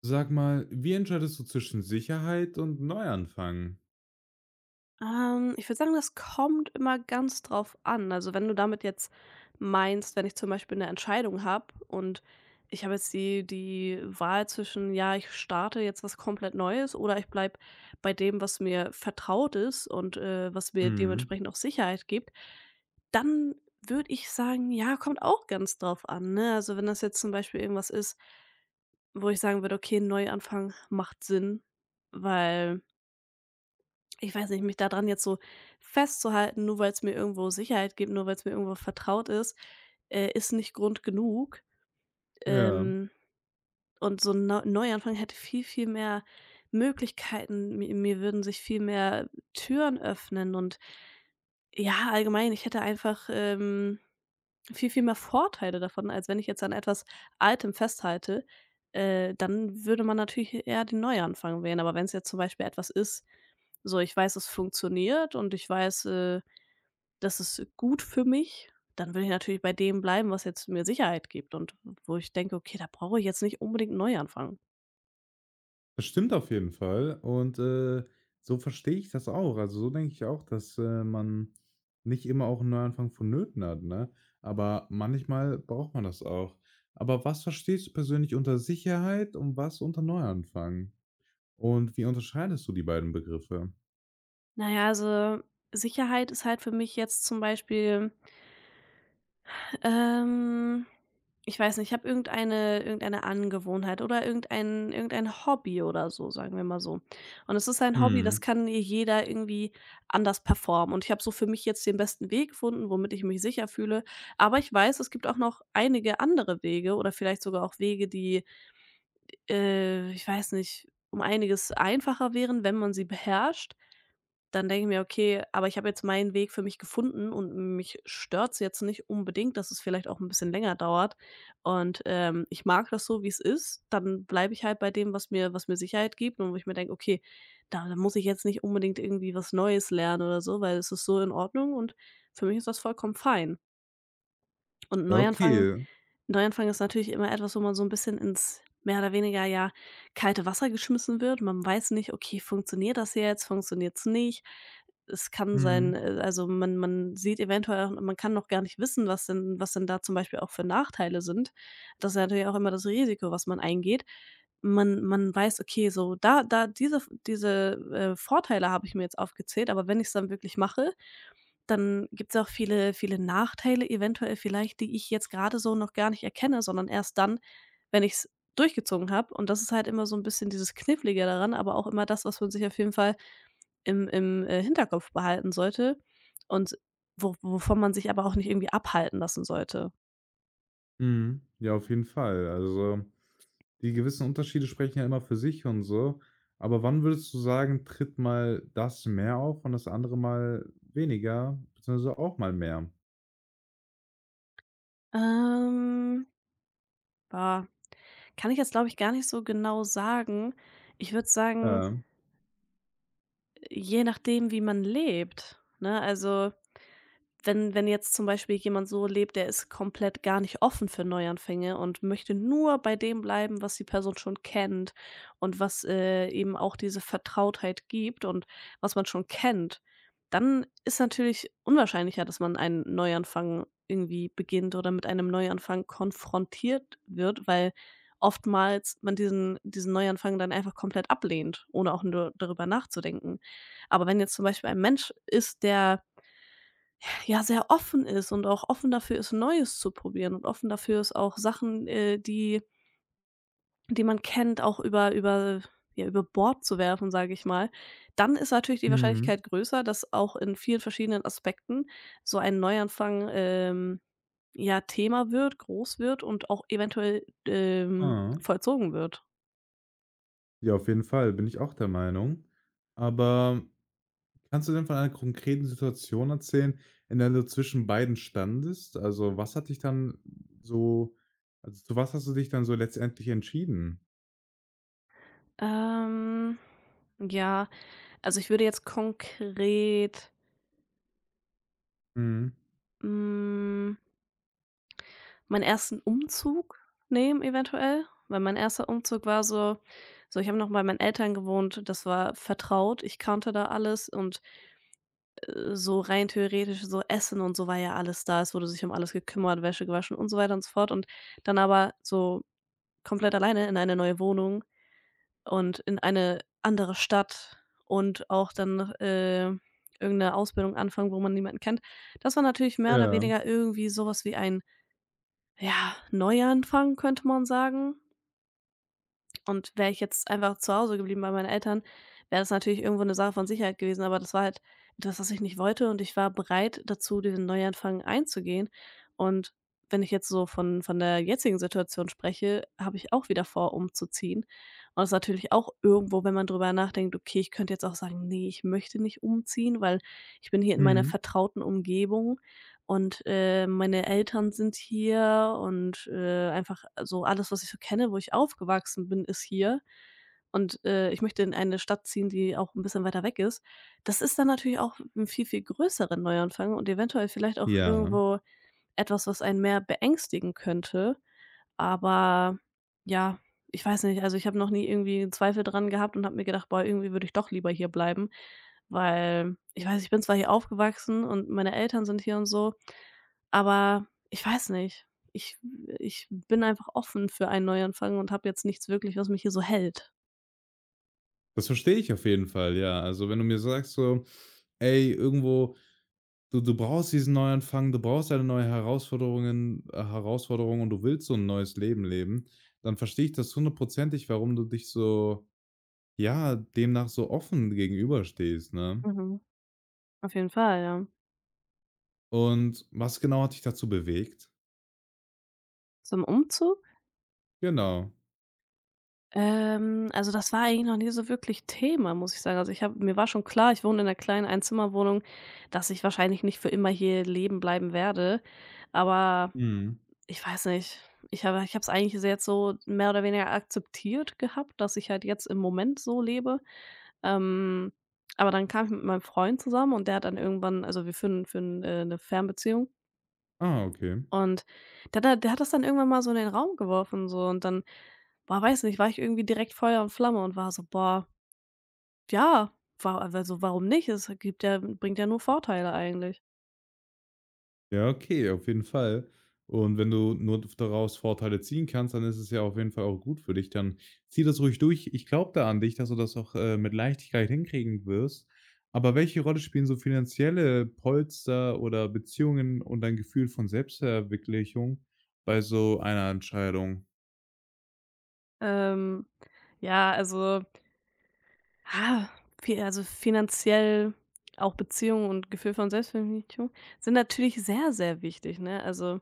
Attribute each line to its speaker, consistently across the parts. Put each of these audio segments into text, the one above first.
Speaker 1: Sag mal, wie entscheidest du zwischen Sicherheit und Neuanfang?
Speaker 2: Ich würde sagen, das kommt immer ganz drauf an. Also, wenn du damit jetzt meinst, wenn ich zum Beispiel eine Entscheidung habe und ich habe jetzt die Wahl zwischen: „Ja, ich starte jetzt was komplett Neues“ oder ich bleibe bei dem, was mir vertraut ist und, was mir
Speaker 1: Mhm.
Speaker 2: dementsprechend auch Sicherheit gibt, dann würde ich sagen, ja, kommt auch ganz drauf an, ne? Also, wenn das jetzt zum Beispiel irgendwas ist, wo ich sagen würde: „Okay, Neuanfang macht Sinn“, weil ich weiß nicht, mich daran jetzt so festzuhalten, nur weil es mir irgendwo Sicherheit gibt, nur weil es mir irgendwo vertraut ist, ist nicht Grund genug.
Speaker 1: Ja,
Speaker 2: Ähm, und so ein Neuanfang hätte viel, viel mehr Möglichkeiten. Mi mir würden sich viel mehr Türen öffnen und ja, allgemein, ich hätte einfach, viel, viel mehr Vorteile davon, als wenn ich jetzt an etwas Altem festhalte. Dann würde man natürlich eher den Neuanfang wählen. Aber wenn es jetzt zum Beispiel etwas ist so, ich weiß, es funktioniert und ich weiß, das ist gut für mich. Dann will ich natürlich bei dem bleiben, was jetzt mir Sicherheit gibt und wo ich denke: „Okay, da brauche ich jetzt nicht unbedingt neu anfangen.“
Speaker 1: das stimmt auf jeden Fall und, so verstehe ich das auch. Also, so denke ich auch, dass, man nicht immer auch einen Neuanfang vonnöten hat, ne? Aber manchmal braucht man das auch. Aber was verstehst du persönlich unter Sicherheit und was unter Neuanfang? Und wie unterscheidest du die beiden Begriffe?
Speaker 2: Na ja, also Sicherheit ist halt für mich jetzt zum Beispiel… Ähm, ich weiß nicht, ich habe irgendeine Angewohnheit oder irgendein Hobby oder so, sagen wir mal so. Und es ist ein Hobby, das
Speaker 1: Mhm.
Speaker 2: kann hier jeder irgendwie anders performen. Und ich habe so für mich jetzt den besten Weg gefunden, womit ich mich sicher fühle. Aber ich weiß, es gibt auch noch einige andere Wege oder vielleicht sogar auch Wege, die, ich weiß nicht, um einiges einfacher wären, wenn man sie beherrscht. Dann denke ich mir: „Okay, aber ich habe jetzt meinen Weg für mich gefunden und mich stört es jetzt nicht unbedingt, dass es vielleicht auch ein bisschen länger dauert und, ich mag das so, wie es ist.“ Dann bleibe ich halt bei dem, was mir Sicherheit gibt und wo ich mir denke: „Okay, da muss ich jetzt nicht unbedingt irgendwie was Neues lernen oder so, weil es ist so in Ordnung und für mich ist das vollkommen fein.“ Und
Speaker 1: Ja,
Speaker 2: Neuanfang…
Speaker 1: okay.
Speaker 2: Neuanfang ist natürlich immer etwas, wo man so ein bisschen ins mehr oder weniger, ja, kalte Wasser geschmissen wird. Man weiß nicht: „Okay, funktioniert das jetzt? Funktioniert's nicht?“ Es kann sein
Speaker 1: Mhm,
Speaker 2: also, man sieht eventuell auch- man kann noch gar nicht wissen, was denn da zum Beispiel auch für Nachteile sind. Das ist natürlich auch immer das Risiko, was man eingeht. Man weiß: „Okay, so da diese diese, Vorteile habe ich mir jetzt aufgezählt, aber wenn ich's dann wirklich mache, dann gibt es auch viele Nachteile eventuell vielleicht, die ich jetzt gerade so noch gar nicht erkenne, sondern erst dann, wenn ich es durchgezogen habe. Und das ist halt immer so ein bisschen dieses Knifflige daran, aber auch immer das, was man sich auf jeden Fall im Hinterkopf behalten sollte und wo wovon man sich aber auch nicht irgendwie abhalten lassen sollte.
Speaker 1: mhm. Ja, auf jeden Fall. Also, die gewissen Unterschiede sprechen ja immer für sich und so. Aber wann würdest du sagen, tritt mal das mehr auf und das andere mal weniger, beziehungsweise auch mal mehr?
Speaker 2: Ähm, boah, kann ich jetzt, glaube ich, gar nicht so genau sagen. Ich würde sagen,
Speaker 1: Ja.
Speaker 2: je nachdem, wie man lebt, ne? Also wenn jetzt zum Beispiel jemand so lebt, der ist komplett gar nicht offen für Neuanfänge und möchte nur bei dem bleiben, was die Person schon kennt und was, eben auch diese Vertrautheit gibt und was man schon kennt, dann ist natürlich unwahrscheinlicher, dass man einen Neuanfang irgendwie beginnt oder mit einem Neuanfang konfrontiert wird, weil oftmals man diesen Neuanfang dann einfach komplett ablehnt, ohne auch nur darüber nachzudenken. Aber wenn jetzt zum Beispiel ein Mensch ist, der ja, sehr offen ist und auch offen dafür ist, Neues zu probieren und offen dafür ist, auch Sachen, die man kennt, auch über ja, über Bord zu werfen, sage ich mal. Dann ist natürlich die
Speaker 1: Mhm.
Speaker 2: Wahrscheinlichkeit größer, dass auch in vielen verschiedenen Aspekten so ein Neuanfang, ja, Thema wird, groß wird und auch eventuell,
Speaker 1: Ah.
Speaker 2: vollzogen wird.
Speaker 1: Ja, auf jeden Fall, bin ich auch der Meinung. Aber kannst du denn von einer konkreten Situation erzählen, in der du zwischen beiden standest? Also, was hat dich dann so also, zu was hast du dich dann so letztendlich entschieden?
Speaker 2: Ähm, ja, also ich würde jetzt konkret,
Speaker 1: Mhm.
Speaker 2: hm meinen ersten Umzug nehmen eventuell, weil mein erster Umzug war so so, ich habe noch bei meinen Eltern gewohnt, das war vertraut, ich kannte da alles und, so rein theoretisch so Essen und so war ja alles da. Es wurde sich um alles gekümmert, Wäsche gewaschen und so weiter und so fort und dann aber so komplett alleine in eine neue Wohnung und in eine andere Stadt und auch dann noch, irgend 'ne Ausbildung anfangen, wo man niemanden kennt. Das war natürlich mehr oder
Speaker 1: Ja.
Speaker 2: weniger irgendwie sowas wie ein ja, Neuanfang könnte man sagen. Und wäre ich jetzt einfach zu Hause geblieben bei meinen Eltern, wäre das natürlich irgendwo eine Sache von Sicherheit gewesen, aber das war halt etwas, was ich nicht wollte und ich war bereit dazu, diesen Neuanfang einzugehen. Und wenn ich jetzt so von der jetzigen Situation spreche, habe ich auch wieder vor, umzuziehen. Und das ist natürlich auch irgendwo, wenn man drüber nachdenkt: „Okay, ich könnte jetzt auch sagen: nee, ich möchte nicht umziehen, weil ich bin hier in meiner
Speaker 1: Mhm.
Speaker 2: vertrauten Umgebung.'“ und, meine Eltern sind hier und, einfach so alles, was ich so kenne, wo ich aufgewachsen bin, ist hier. Und, ich möchte in eine Stadt ziehen, die auch ein bisschen weiter weg ist. Das ist dann natürlich auch ein viel, viel größeren Neuanfang und eventuell vielleicht auch
Speaker 1: Ja.
Speaker 2: irgendwo etwas, was einen mehr beängstigen könnte. Aber ja, ich weiß nicht, also, ich habe noch nie irgendwie 'n Zweifel dran gehabt und habe mir gedacht: „Boah, irgendwie würde ich doch lieber hier bleiben“, weil ich weiß, ich bin zwar hier aufgewachsen und meine Eltern sind hier und so, aber ich weiß nicht. Ich ich bin einfach offen für einen Neuanfang und habe jetzt nichts wirklich, was mich hier so hält.
Speaker 1: Das verstehe ich auf jeden Fall, ja. Also, wenn du mir sagst so: „Ey, irgendwo du brauchst diesen Neuanfang, du brauchst eine neue Herausforderung und du willst so ein neues Leben leben“, dann verstehe ich das hundertprozentig, warum du dich so ja, demnach so offen gegenüberstehst, ne?
Speaker 2: Mhm. Auf jeden Fall, ja.
Speaker 1: Und was genau hat dich dazu bewegt?
Speaker 2: Zum Umzug?
Speaker 1: Genau.
Speaker 2: Also das war eigentlich noch nie so wirklich Thema, muss ich sagen. Also ich habe mir war schon klar, ich wohne in einer kleinen Einzimmerwohnung, dass ich wahrscheinlich nicht für immer hier leben bleiben werde. Aber
Speaker 1: Mhm.
Speaker 2: ich weiß nicht, ich habe es eigentlich jetzt so mehr oder weniger akzeptiert gehabt, dass ich halt jetzt im Moment so lebe. Ähm, aber dann kam ich mit meinem Freund zusammen und der hat dann irgendwann also wir führen, 'ne Fernbeziehung
Speaker 1: Ah, okay.
Speaker 2: und der hat das dann irgendwann mal so in den Raum geworfen so und dann, boah, weiß nicht, war ich irgendwie direkt Feuer und Flamme und war so: „Boah, ja, wa also warum nicht? Es gibt ja bringt ja nur Vorteile eigentlich.“
Speaker 1: Ja, okay, auf jeden Fall. Und wenn du nur daraus Vorteile ziehen kannst, dann ist es ja auf jeden Fall auch gut für dich. Dann zieh das ruhig durch. Ich glaube da an dich, dass du das auch mit Leichtigkeit hinkriegen wirst. Aber welche Rolle spielen so finanzielle Polster oder Beziehungen und dein Gefühl von Selbstverwirklichung bei so einer Entscheidung?
Speaker 2: Ähm, ja, also Ah, vi also, finanziell, auch Beziehungen und Gefühl von Selbstverwirklichung sind natürlich sehr, sehr wichtig, ne? Also,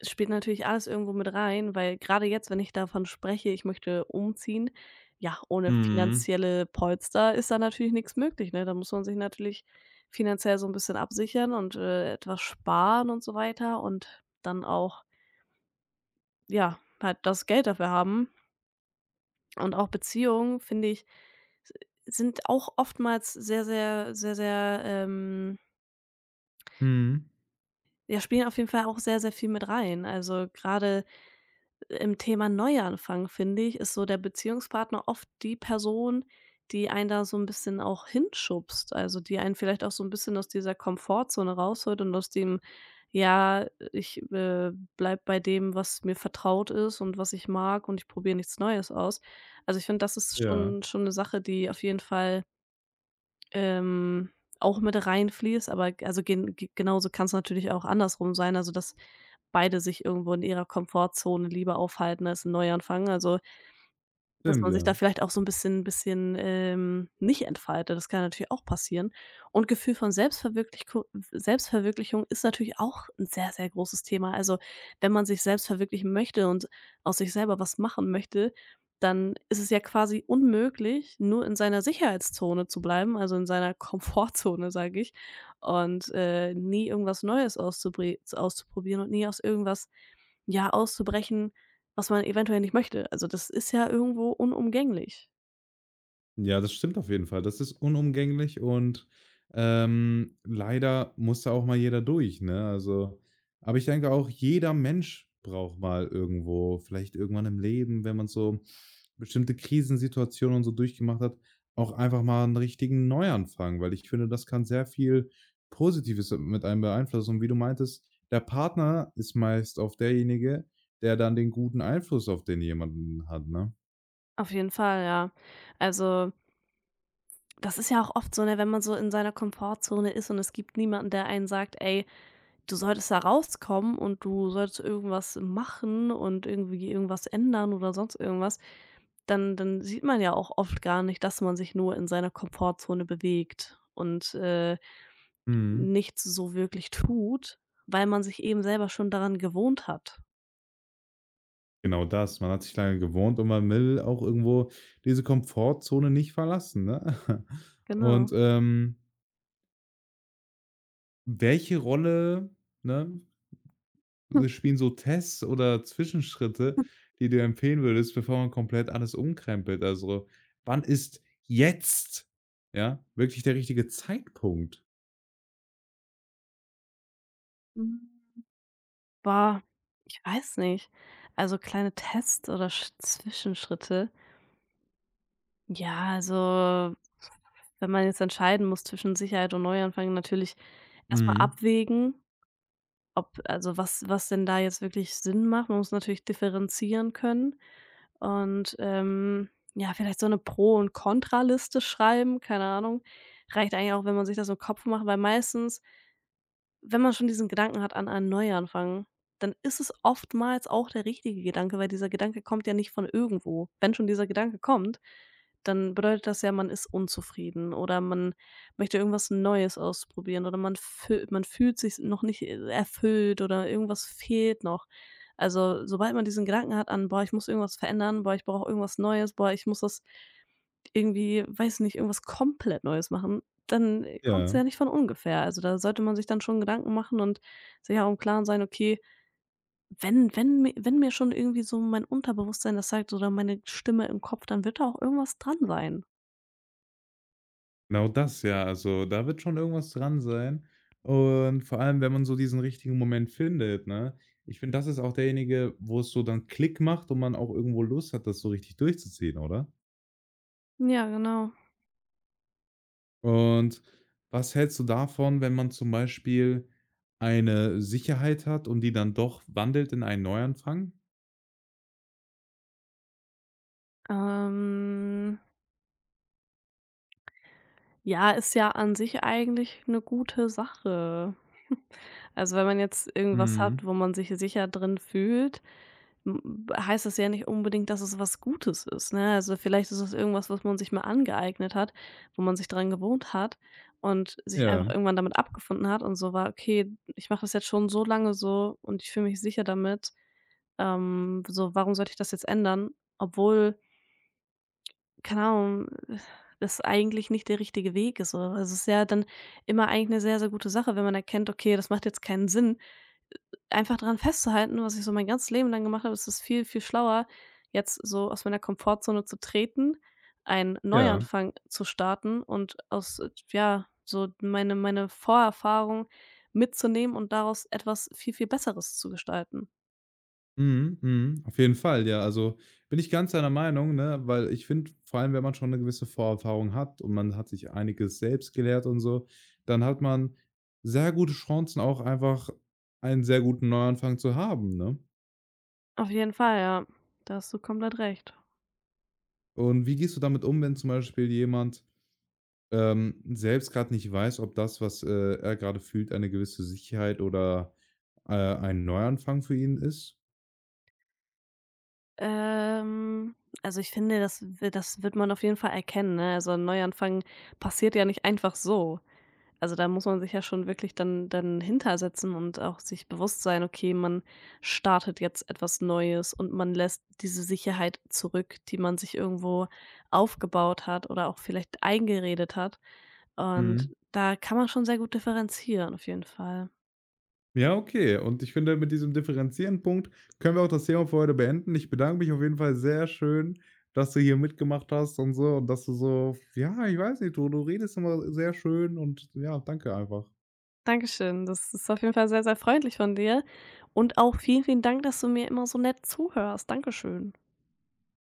Speaker 2: es spielt natürlich alles irgendwo mit rein, weil gerade jetzt, wenn ich davon spreche, ich möchte umziehen, ja, ohne
Speaker 1: Mhm.
Speaker 2: finanzielle Polster ist da natürlich nichts möglich, ne? Da muss man sich natürlich finanziell so ein bisschen absichern und, etwas sparen und so weiter und dann auch, ja, halt das Geld dafür haben. Und auch Beziehungen, finde ich, s sind auch oftmals sehr, sehr,
Speaker 1: Mhm.
Speaker 2: ja, spielen auf jeden Fall auch sehr, sehr viel mit rein. Also, gerade im Thema Neuanfang, finde ich, ist so der Beziehungspartner oft die Person, die einen da so ein bisschen auch hinschubst, also, die einen vielleicht auch so ein bisschen aus dieser Komfortzone rausholt und aus dem: „Ja, ich, bleibe bei dem, was mir vertraut ist und was ich mag und ich probiere nichts Neues aus.“ Also, ich finde, das ist
Speaker 1: Ja,
Speaker 2: schon eine Sache, die auf jeden Fall ähm, auch mit reinfließt, aber g also gen g genauso kann's natürlich auch andersrum sein, also, dass beide sich irgendwo in ihrer Komfortzone lieber aufhalten als ein Neuanfang. Also dass
Speaker 1: stimmt,
Speaker 2: man sich
Speaker 1: ja.
Speaker 2: da vielleicht auch so 'n bisschen, nicht entfaltet, das kann natürlich auch passieren. Und Gefühl von Selbstverwirklichku Selbstverwirklichung ist natürlich auch 'n sehr, sehr großes Thema. Also, wenn man sich selbst verwirklichen möchte und aus sich selber was machen möchte, dann ist es ja quasi unmöglich, nur in seiner Sicherheitszone zu bleiben, also in seiner Komfortzone, sage ich, und, nie irgendwas Neues auszubri auszuprobieren und nie aus irgendwas, ja, auszubrechen was man eventuell nicht möchte. Also, das ist ja irgendwo unumgänglich.
Speaker 1: Ja, das stimmt auf jeden Fall. Das ist unumgänglich und, leider muss da auch mal jeder durch, ne? Also, aber ich denke auch, jeder Mensch braucht mal irgendwo vielleicht irgendwann im Leben, wenn man so bestimmte Krisensituationen und so durchgemacht hat, auch einfach mal einen richtigen Neuanfang, weil ich finde, das kann sehr viel Positives mit einem beeinflussen. Und wie du meintest, der Partner ist meist auch derjenige, der dann den guten Einfluss auf den jemanden hat, ne?
Speaker 2: Auf jeden Fall, ja. Also, das ist ja auch oft so, ne, wenn man so in seiner Komfortzone ist und es gibt niemanden, der einen sagt: „Ey, du solltest da rauskommen und du solltest irgendwas machen und irgendwie irgendwas ändern oder sonst irgendwas.“ Dann sieht man ja auch oft gar nicht, dass man sich nur in seiner Komfortzone bewegt und,
Speaker 1: Mhm.
Speaker 2: nichts so wirklich tut, weil man sich eben selber schon daran gewohnt hat.
Speaker 1: Genau das. Man hat sich lange gewohnt und man will auch irgendwo diese Komfortzone nicht verlassen, ne? Und,
Speaker 2: Genau.
Speaker 1: welche Rolle, ne, also spielen so Tests oder Zwischenschritte, die du empfehlen würdest, bevor man komplett alles umkrempelt? Also, wann ist jetzt, ja, wirklich der richtige Zeitpunkt?
Speaker 2: Boah, ich weiß nicht. Also, kleine Tests oder Sch Zwischenschritte. Ja, also, wenn man jetzt entscheiden muss zwischen Sicherheit und Neuanfang, natürlich erstmal
Speaker 1: Mhm.
Speaker 2: abwägen, ob also, was denn da jetzt wirklich Sinn macht. Man muss natürlich differenzieren können und, ja, vielleicht so eine Pro und Kontraliste schreiben, keine Ahnung. Reicht eigentlich auch, wenn man sich das im Kopf macht, weil meistens wenn man schon diesen Gedanken hat an einen Neuanfang, dann ist es oftmals auch der richtige Gedanke, weil dieser Gedanke kommt ja nicht von irgendwo. Wenn schon dieser Gedanke kommt, dann bedeutet das ja, man ist unzufrieden oder man möchte irgendwas Neues ausprobieren oder man fühlt sich noch nicht erfüllt oder irgendwas fehlt noch. Also, sobald man diesen Gedanken hat an: „Boah, ich muss irgendwas verändern. Boah, ich brauche irgendwas Neues. Boah, ich muss das irgendwie, weiß nicht, irgendwas komplett Neues machen, dann, kommt es
Speaker 1: Ja.
Speaker 2: ja nicht von ungefähr. Also, da sollte man sich dann schon Gedanken machen und sich auch im Klaren sein: „Okay, wenn mir schon irgendwie so mein Unterbewusstsein das sagt oder meine Stimme im Kopf, dann wird da auch irgendwas dran sein.“
Speaker 1: Genau das, ja. Also, da wird schon irgendwas dran sein. Und vor allem, wenn man so diesen richtigen Moment findet, ne? Ich finde, das ist auch derjenige, wo es so dann Klick macht und man auch irgendwo Lust hat, das so richtig durchzuziehen, oder?
Speaker 2: Ja, genau.
Speaker 1: Und was hältst du davon, wenn man zum Beispiel eine Sicherheit hat und die dann doch wandelt in einen Neuanfang?
Speaker 2: Ähm, ja, ist ja an sich eigentlich eine gute Sache. Also, wenn man jetzt irgendwas hat,
Speaker 1: Mhm.
Speaker 2: wo man sich sicher drin fühlt, m heißt das ja nicht unbedingt, dass es was Gutes ist, ne? Also, vielleicht ist es irgendwas, was man sich mal angeeignet hat, wo man sich dran gewohnt hat und sich einfach
Speaker 1: Ja,
Speaker 2: irgendwann damit abgefunden hat und so war: „Okay, ich mache das jetzt schon so lange so und ich fühle mich sicher damit. So, warum sollte ich das jetzt ändern?“ Obwohl, keine Ahnung, das eigentlich nicht der richtige Weg ist, oder? Also, es ist ja dann immer eigentlich eine sehr, sehr gute Sache, wenn man erkennt: „Okay, das macht jetzt keinen Sinn.“ Einfach daran festzuhalten, was ich so mein ganzes Leben lang gemacht habe, ist es viel, viel schlauer, jetzt so aus meiner Komfortzone zu treten, einen
Speaker 1: ja.
Speaker 2: Neuanfang zu starten und aus, ja, so meine Vorerfahrung mitzunehmen und daraus etwas viel, viel Besseres zu gestalten.
Speaker 1: Mhm, mhm, auf jeden Fall, ja. Also, bin ich ganz deiner Meinung, ne, weil ich finde, vor allem, wenn man schon eine gewisse Vorerfahrung hat und man hat sich einiges selbst gelehrt und so, dann hat man sehr gute Chancen, auch einfach einen sehr guten Neuanfang zu haben, ne?
Speaker 2: Auf jeden Fall, ja. Da hast du komplett recht.
Speaker 1: Und wie gehst du damit um, wenn zum Beispiel jemand, selbst gerade nicht weiß, ob das, was, er gerade fühlt, eine gewisse Sicherheit oder, ein Neuanfang für ihn ist?
Speaker 2: Ähm, also ich finde, das wird man auf jeden Fall erkennen, ne? Also 'n Neuanfang passiert ja nicht einfach so. Also, da muss man sich ja schon wirklich dann hintersetzen und auch sich bewusst sein: „Okay, man startet jetzt etwas Neues und man lässt diese Sicherheit zurück, die man sich irgendwo aufgebaut hat oder auch vielleicht eingeredet hat.“ Und
Speaker 1: Mhm.
Speaker 2: da kann man schon sehr gut differenzieren auf jeden Fall.
Speaker 1: Ja, okay. Und ich finde, mit diesem differenzierenden Punkt können wir auch das Thema für heute beenden. Ich bedanke mich auf jeden Fall sehr schön, dass du hier mitgemacht hast und so und dass du so ja, ich weiß nicht, du redest immer sehr schön und ja, danke einfach.
Speaker 2: Dankeschön. Das ist auf jeden Fall sehr, sehr freundlich von dir und auch vielen, vielen Dank, dass du mir immer so nett zuhörst. Dankeschön.